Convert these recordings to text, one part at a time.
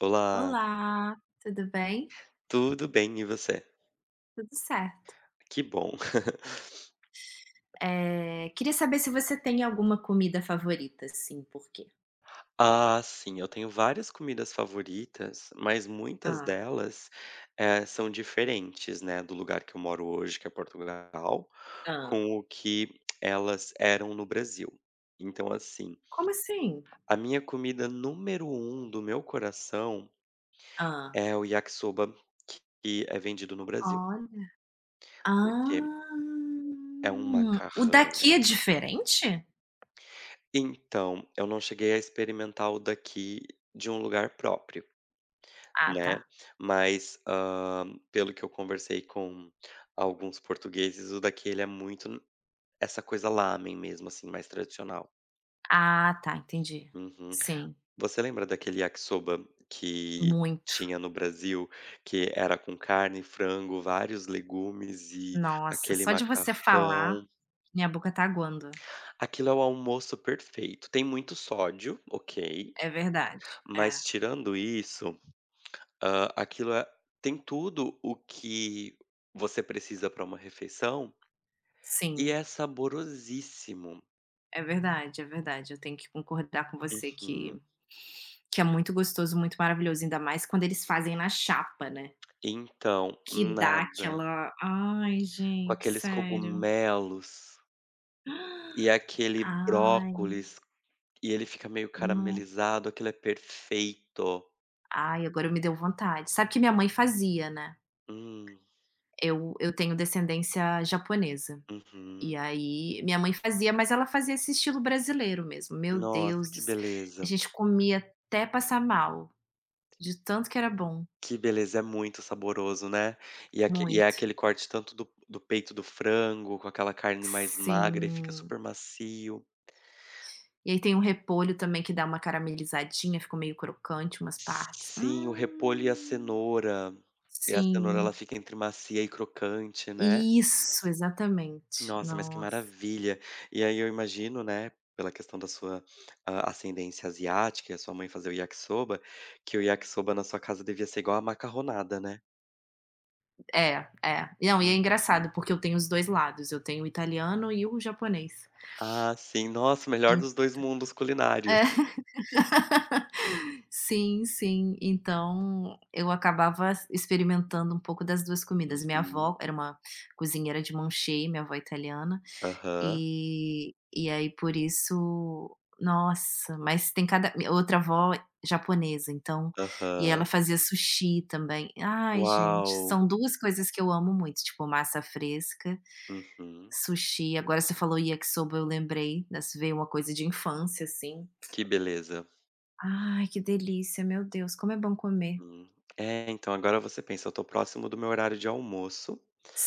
Olá, Olá, tudo bem? tudo bem e você? Tudo certo. Que bom. Queria saber se você tem alguma comida favorita, assim, por quê? Ah, sim, eu tenho várias comidas favoritas, mas muitas Ah, delas, são diferentes, né, do lugar que eu moro hoje, que é Portugal, ah. com o que elas eram no Brasil. Então, assim, Como assim? a minha comida número um do meu coração Ah. é o yakisoba, que é vendido no Brasil, Olha. porque Ah, é um o daqui é macarrão. diferente? Então, eu não cheguei a experimentar o daqui de um lugar próprio. Ah, tá. Né, mas, pelo que eu conversei com alguns portugueses, o daquele é muito essa coisa lamen mesmo, assim, mais tradicional. Ah, tá, entendi. Uhum. Sim, Você lembra daquele yakisoba que muito. tinha no Brasil, que era com carne, frango, vários legumes e Nossa, aquele só de você falar, macarrão? minha boca tá aguando. Aquilo é o almoço perfeito. Tem muito sódio, ok, É verdade, é, mas tirando isso. Hã, aquilo é Tem tudo o que você precisa para uma refeição, e sim. é saborosíssimo. É verdade, é verdade. Eu tenho que concordar com você Uhum. que é muito gostoso, muito maravilhoso, ainda mais quando eles fazem na chapa, né, Então, que dá nada. aquela ai, Com gente, aqueles sério. cogumelos e aquele Ai, brócolis, e ele fica meio não. caramelizado, aquilo é perfeito. Ai, agora me deu vontade. Sabe que minha mãe fazia, né. Hum. Eu tenho descendência japonesa, e Uhum. aí minha mãe fazia, mas ela fazia esse estilo brasileiro mesmo. Meu Nossa, Deus que do c a beleza. gente comia até passar mal, de tanto que era bom, Que beleza, é muito saboroso, né. E aque e é muito. aquele corte tanto do peito do frango, com aquela carne mais magra e fica Sim. super macio. E aí tem um repolho também que dá uma caramelizadinha, ficou meio crocante umas partes. Sim, o repolho e a Hum. cenoura. E a cenoura Sim. ela fica entre macia e crocante, né. Isso, exatamente. Nossa, mas que Nossa. maravilha. E aí eu imagino, né, pela questão da sua, ah, ascendência asiática e a sua mãe fazer o yakisoba, que o yakisoba na sua casa devia ser igual a macarronada, né. É, é. Não, e é Uhum. engraçado, porque eu tenho os 2 lados, eu tenho o italiano e o japonês. Ah, sim. Nossa, melhor En dos dois mundos culinários. É. Sim, sim. Então, eu acabava experimentando um pouco das 2 comidas. Minha Uhum. avó era uma cozinheira de mão cheia, minha avó é italiana. Aham, E aí por isso nossa, mas tem cada minha outra avó japonesa, então e ela aham. fazia sushi também. Ai gente, Uau! são 2 coisas que eu amo muito, tipo massa fresca, Uhum. sushi, agora você falou yakisoba eu lembrei, das veio uma coisa de infância, assim. Que beleza. Ai que delícia, meu Deus, como é bom comer. Hum. É, então agora você pensa, eu tô próximo do meu horário de almoço,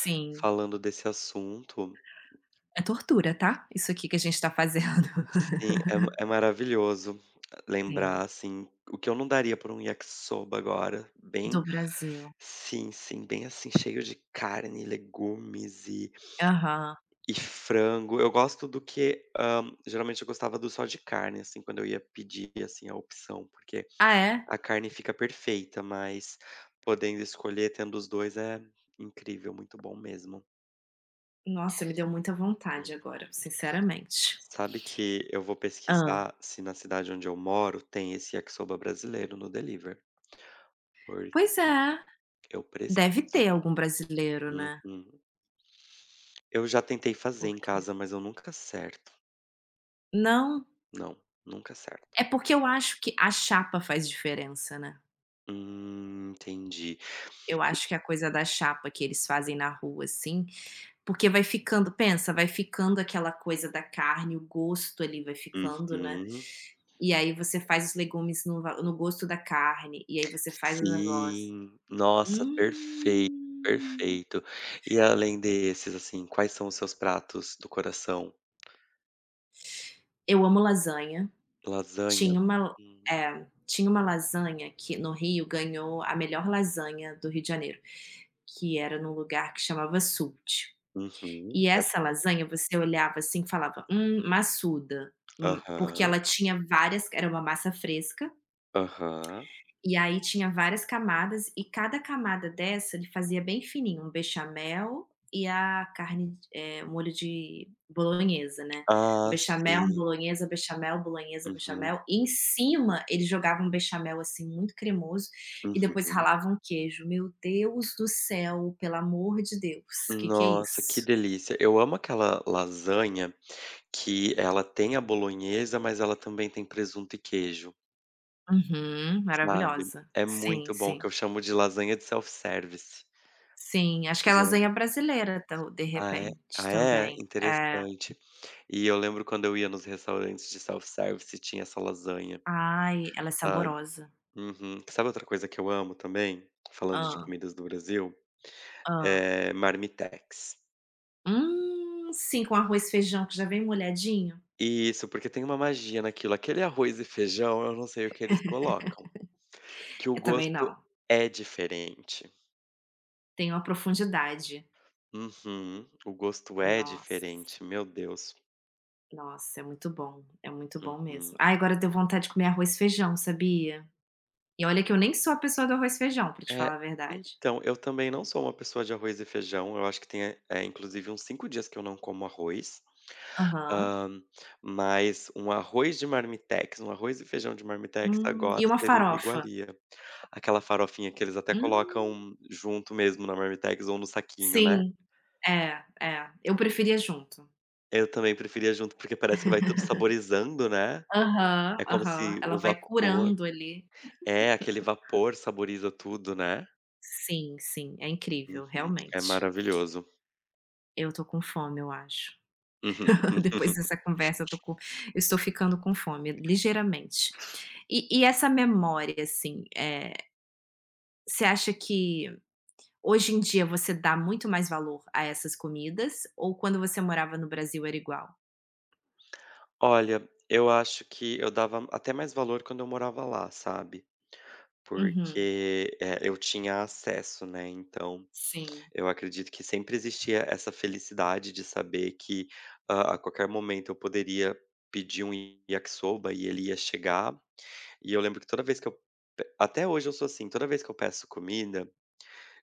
Sim, falando desse assunto. é tortura, tá, isso aqui que a gente tá fazendo. Sim, é ma é maravilhoso Sim, lembrar, assim, o que eu não daria por um yakisoba agora, bem do Brasil. sim, sim, bem assim, cheio de carne, legumes e Aham. e frango. Eu gosto do que, geralmente eu gostava do só de carne, assim, quando eu ia pedir, assim, a opção, porque Ah é? a carne fica perfeita, mas podendo escolher, tendo os 2 é incrível, muito bom mesmo. Nossa, me deu muita vontade Uhum. agora, sinceramente. Sabe que eu vou Hã. pesquisar se na cidade onde eu moro tem esse yakisoba brasileiro no deliver, porque Pois é, eu deve preciso. ter algum brasileiro, né, Uhum. Eu já tentei fazer em porque casa, mas eu nunca acerto. não, Não, nunca acerto. é porque eu acho que a chapa faz diferença, né. Entendi. Eu acho que a coisa da chapa que eles fazem na rua, assim, porque vai ficando pensa, vai ficando aquela coisa da carne, o gosto ali vai ficando, né, Uhum. e aí você faz os legumes no gosto da carne, e aí você faz o negócio. Sim. Nossa, perfeito, Hum. perfeito. E além desses, assim, quais são os seus pratos do coração? Eu amo lasanha. Lasanha? Tinha uma Hum. tinha uma lasanha que no Rio ganhou a melhor lasanha do Rio de Janeiro, que era num lugar que chamava Sult. Uhum. E essa lasanha você olhava assim e falava: maçuda", porque Aham, ela tinha várias era uma massa fresca, aham. e aí tinha várias camadas e cada camada dessa ele fazia bem fininho, um bechamel e a carne, um molho de bolonhesa, né. Um Ah, bechamel, um sim. Bolonhesa, Uhum, bechamel e em cima ele jogava um bechamel, assim, muito cremoso e depois uhum. ralava um queijo. Meu Deus do céu, pelo amor de Deus, que é Nossa, que isso? delícia. Eu amo aquela lasanha que ela tem a bolonhesa, mas ela também tem presunto e queijo, Uhum, sabe. maravilhosa. É Sim, muito bom, sim. que eu chamo de lasanha de self-service, Sim, acho que é a geral lasanha brasileira, tal de Ah, é? repente, Ah, é? também. É. Interessante. E eu lembro quando eu ia nos restaurantes de self-service, tinha essa lasanha, Ai, ela é sabe. saborosa. Uhum. Sabe outra coisa que eu amo também, falando Hã, de comidas do Brasil? hã. É marmitex. Sim, com arroz e feijão que já vem molhadinho? Isso, porque tem uma magia naquilo. Aquele arroz e feijão, eu não sei o que eles colocam, que o Eu também gosto não, é diferente. tem uma profundidade. Uhum. O gosto é Nossa, diferente, meu Deus. nossa, é muito bom mesmo. Uhum. Ai, agora deu vontade de comer arroz e feijão, sabia? E olha que eu nem sou a pessoa do arroz e feijão, pra te É, falar a verdade. então, eu também não sou uma pessoa de arroz e feijão. Eu acho que tem, inclusive, uns 5 dias que eu não como arroz. Aham. Hã, mas um arroz de marmitex, um arroz e feijão de marmitex E agora uma seria uma farofa. iguaria. Aquela farofinha que eles até Hum, colocam junto mesmo na marmitex ou no saquinho, né. sim. É, é, eu preferia junto. Eu também preferia junto, porque parece que vai tudo saborizando, né. Aham, É como aham, se ela o vai vapor curando ali. Aquele vapor saboriza tudo, né. Sim, sim, é incrível, Uhum. É realmente. maravilhoso. Eu tô com fome, eu acho. Uhum. Depois dessa conversa, eu estou ficando com fome, ligeiramente. E essa memória, assim, você acha que hoje em dia você dá muito mais valor a essas comidas ou quando você morava no Brasil era igual? Olha, eu acho que eu dava até mais valor quando eu morava lá, sabe. Uhum, Porque, eu tinha acesso, né, então sim. eu acredito que sempre existia essa felicidade de saber que, a qualquer momento eu poderia pedir um yakisoba e ele ia chegar. E eu lembro que toda vez que eu pe até hoje eu sou assim, toda vez que eu peço comida,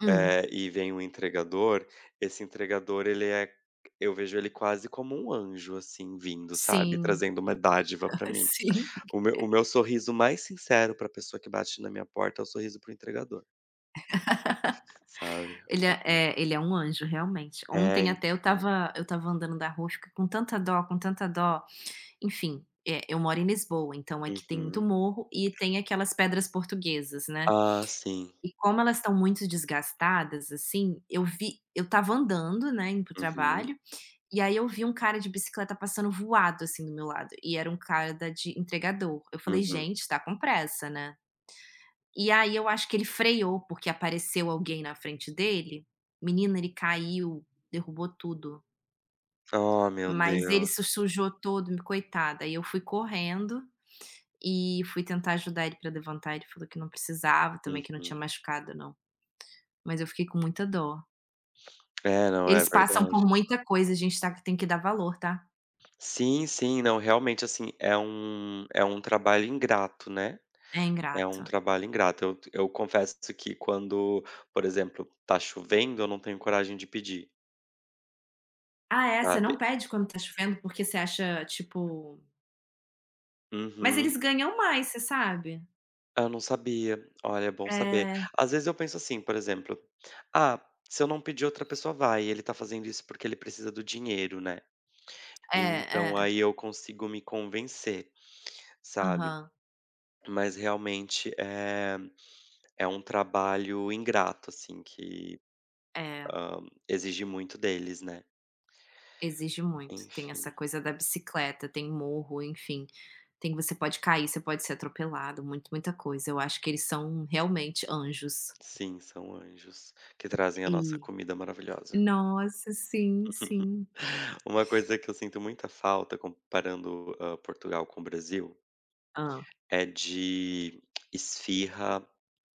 Hum, e vem um entregador, esse entregador ele é eu vejo ele quase como um anjo, assim, vindo, sabe, sim, trazendo uma dádiva pra mim. sim. O meu sorriso mais sincero pra pessoa que bate na minha porta é o sorriso pro entregador, sabe. Ele é Aham. é, ele é um anjo, realmente. É, Ontem até eu então. estava eu estava andando da rua, fiquei com tanta dó, com tanta dó. Enfim, eu moro em Lisboa, então aqui tem muito Uhum. morro e tem aquelas pedras portuguesas, né. Ah, sim. E como elas estão muito desgastadas, assim, eu estava andando, né, indo para o Uhum, trabalho, e aí eu vi um cara de bicicleta passando voado, assim, do meu lado, e era um cara da de entregador. Eu falei: uhum. "Gente, está com pressa, né". E aí eu acho que ele freou, porque apareceu alguém na frente dele. Menina, ele caiu, derrubou tudo, Oh, meu mas ele Deus. se sujou todo, coitada. Aí eu fui correndo e fui tentar ajudar ele pra levantar, ele falou que não precisava também, que não tinha Uhum. machucado não, mas eu fiquei com muita dó. É, não, é Eles passam verdade. por muita coisa, a gente tem que dar valor, tá. Sim, sim. Não, realmente, assim, é um trabalho ingrato, né, É é ingrato. um trabalho ingrato. Eu confesso que quando, por exemplo, tá chovendo, eu não tenho coragem de pedir, Ah, é, você sabe. não pede quando tá chovendo porque você acha, tipo mas Uhum. eles ganham mais, você sabe. Eu não sabia. Olha, é bom saber. É, Às vezes eu penso assim, por exemplo: "Ah, se eu não pedir, outra pessoa vai. Ele tá fazendo isso porque ele precisa do dinheiro, né". é, Então é. aí eu consigo me convencer, sabe. Aham. Mas realmente é um trabalho ingrato, assim, que É, exige muito deles, né. exige muito. Tem essa Enfim. coisa da bicicleta, tem morro, enfim, tem você pode cair, você pode ser atropelado, muito muita coisa. Eu acho que eles são realmente anjos. Sim, são anjos que trazem a nossa E comida maravilhosa. Nossa, sim, sim. Uma coisa que eu sinto muita falta comparando, Portugal com o Brasil, Hã. é de esfirra,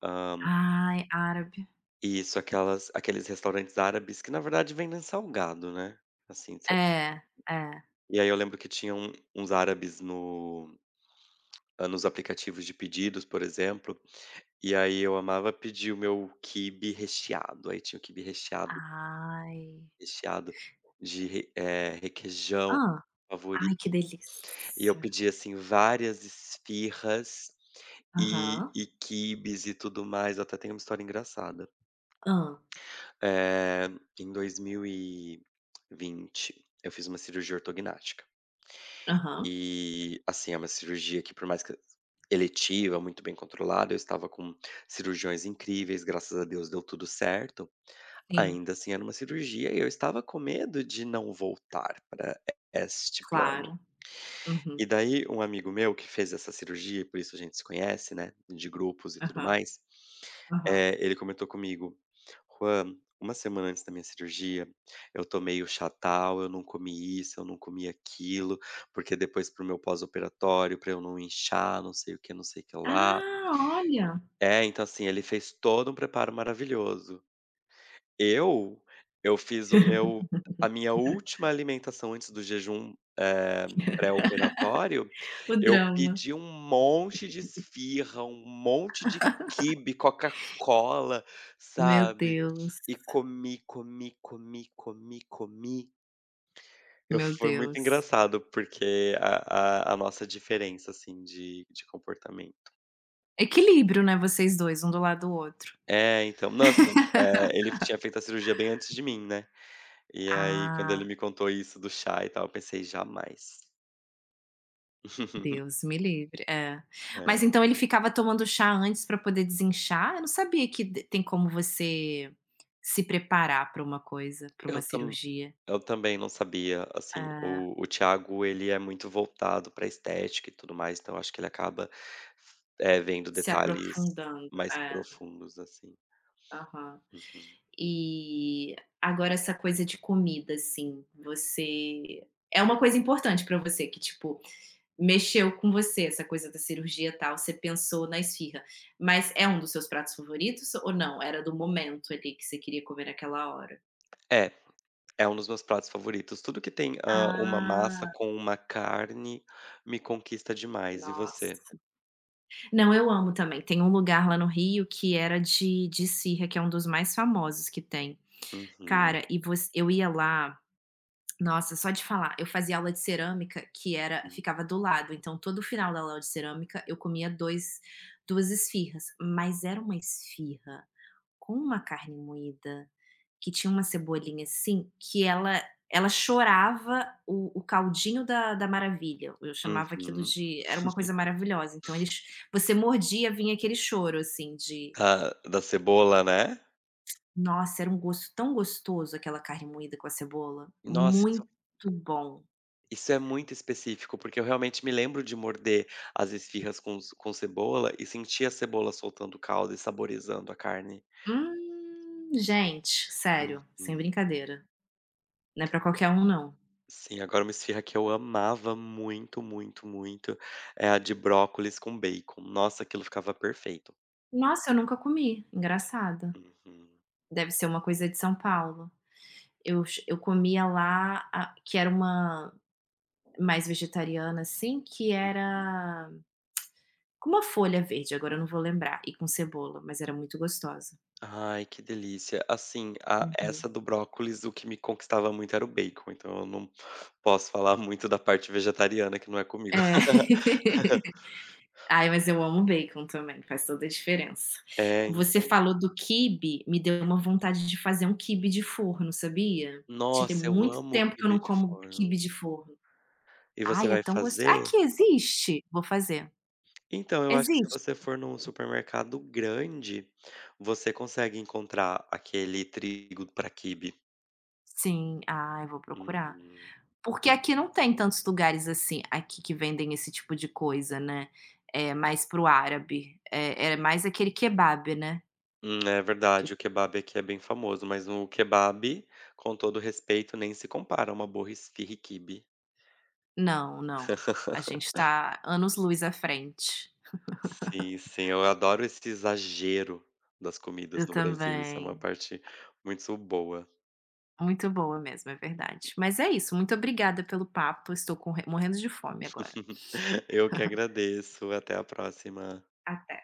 hã, Ai, árabe. isso, aquelas aqueles restaurantes árabes que na verdade vendem salgado, né, assim, sabe. É, é. E aí eu lembro que tinham uns árabes no hã, nos aplicativos de pedidos, por exemplo. E aí eu amava pedir o meu quibe recheado, aí tinha o quibe recheado Ai. recheado de requeijão Hã. Ai, favorito, que e eu delícia. pedia, assim, várias esfirras e Aham. e quibes e tudo mais, até tem uma história engraçada. Hã. Eh, em 2020 eu fiz uma cirurgia ortognática. Aham. E, assim, é uma cirurgia que por mais que eletiva, muito bem controlada, eu estava com cirurgiões incríveis, graças a Deus deu tudo certo. Sim, Ainda assim era uma cirurgia e eu estava com medo de não voltar para este plano. claro. Uhum. E daí um amigo meu que fez essa cirurgia, e por isso a gente se conhece, né, de grupos e tudo Aham, mais, aham. Ele comentou comigo: "Juan, uma semana antes da minha cirurgia, eu tomei o Chatal, eu não comi isso, eu não comi aquilo, porque depois pro meu pós-operatório, para eu não inchar, não sei o que, não sei o que lá". Ah, olha! É, então assim, ele fez todo um preparo maravilhoso. Eu? Eu fiz o meu a minha última alimentação antes do jejum, pré-operatório, O eu drama. pedi um monte de esfirra, um monte de quibe, Coca-Cola, Meu sabe. Deus, E comi, comi, comi, comi, comi. Eu meu foi muito Deus. engraçado, porque a nossa diferença, assim, de comportamento. Equilíbrio, né, vocês dois, um do lado do outro. É, então. Não, assim, ele tinha feito a cirurgia bem antes de mim, né. E aí, quando ele Ah. me contou isso do chá e tal, eu pensei: "Jamais". Deus me livre, é. Mas É. então ele ficava tomando chá antes para poder desinchar? Eu não sabia que d tem como você se preparar para uma coisa, para uma Eu tam cirurgia. eu também não sabia, assim, É, o Thiago, ele é muito voltado pra estética e tudo mais, então acho que ele acaba, vendo se detalhes aprofundando, mais é, profundos, assim. aham. Uhum. E agora essa coisa de comida, assim, você é uma coisa importante para você que, tipo, mexeu com você essa coisa da cirurgia, e tal, você pensou na esfirra, mas é um dos seus pratos favoritos ou não? Era do momento ali que você queria comer naquela hora? É, é um dos meus pratos favoritos. Tudo que tem, uma massa Ah, com uma carne me conquista demais. E você? nossa. Não, eu amo também. Tem um lugar lá Uhum. no Rio que era de esfirra, que é um dos mais famosos que tem. Uhum. Cara, e voc eu ia lá nossa, só de falar, eu fazia aula de cerâmica que era ficava do lado, então todo final da aula de cerâmica eu comia dois 2 esfirras, mas era uma esfirra com uma carne moída, que tinha uma cebolinha, assim, que ela chorava o caldinho da maravilha, eu chamava aquilo Uhum. de era uma coisa maravilhosa, então eles você mordia, vinha aquele choro, assim, de Ah, da cebola, né? nossa, era um gosto tão gostoso aquela carne moída com a cebola, Nossa. muito bom. Isso é muito específico, porque eu realmente me lembro de morder as esfirras com ce com cebola e sentir a cebola soltando o caldo e saborizando a carne. Gente, sério, sem Uhum. brincadeira, não é pra qualquer um não. Sim, agora uma esfirra que eu amava muito, muito, muito, é a de brócolis com bacon. Nossa, aquilo ficava perfeito. Nossa, eu nunca comi, engraçado. Uhum. Deve ser uma coisa de São Paulo. Eu comia lá a que era uma mais vegetariana, assim, que era com uma folha verde, agora eu não vou lembrar, e com cebola, mas era muito gostosa. Ai, que delícia. Assim, a Uhum. essa do brócolis, o que me conquistava muito era o bacon, então eu não posso falar muito da parte vegetariana, que não é comigo. É. Ai, mas eu amo bacon também, faz toda a diferença. É, Você então. falou do quibe, me deu uma vontade de fazer um quibe de forno, sabia? Já tem Nossa, eu muito amo o tempo que eu quibe não de como forno. quibe de forno. E você Ai, é vai tão gosto fazer? aqui existe? Vou fazer. Então, eu acho que se Existe? você for num supermercado grande, você consegue encontrar aquele trigo para quibe. Sim. Ai, vou procurar. Uhum. Porque aqui não tem tantos lugares assim, aqui que vendem esse tipo de coisa, né. É mais para o árabe. É mais aquele kebab, né, É que verdade, o kebab aqui é bem famoso, mas o kebab, com todo respeito, nem se compara a uma boa esfirra e quibe. não, não, a gente tá anos-luz à frente. Sim, sim, eu adoro esse exagero das comidas Eu no Brasil, isso é uma também. parte muito boa. Muito boa mesmo, é verdade. Mas é isso, muito obrigada pelo papo, estou com morrendo de fome agora. Eu que agradeço, até a próxima. Até.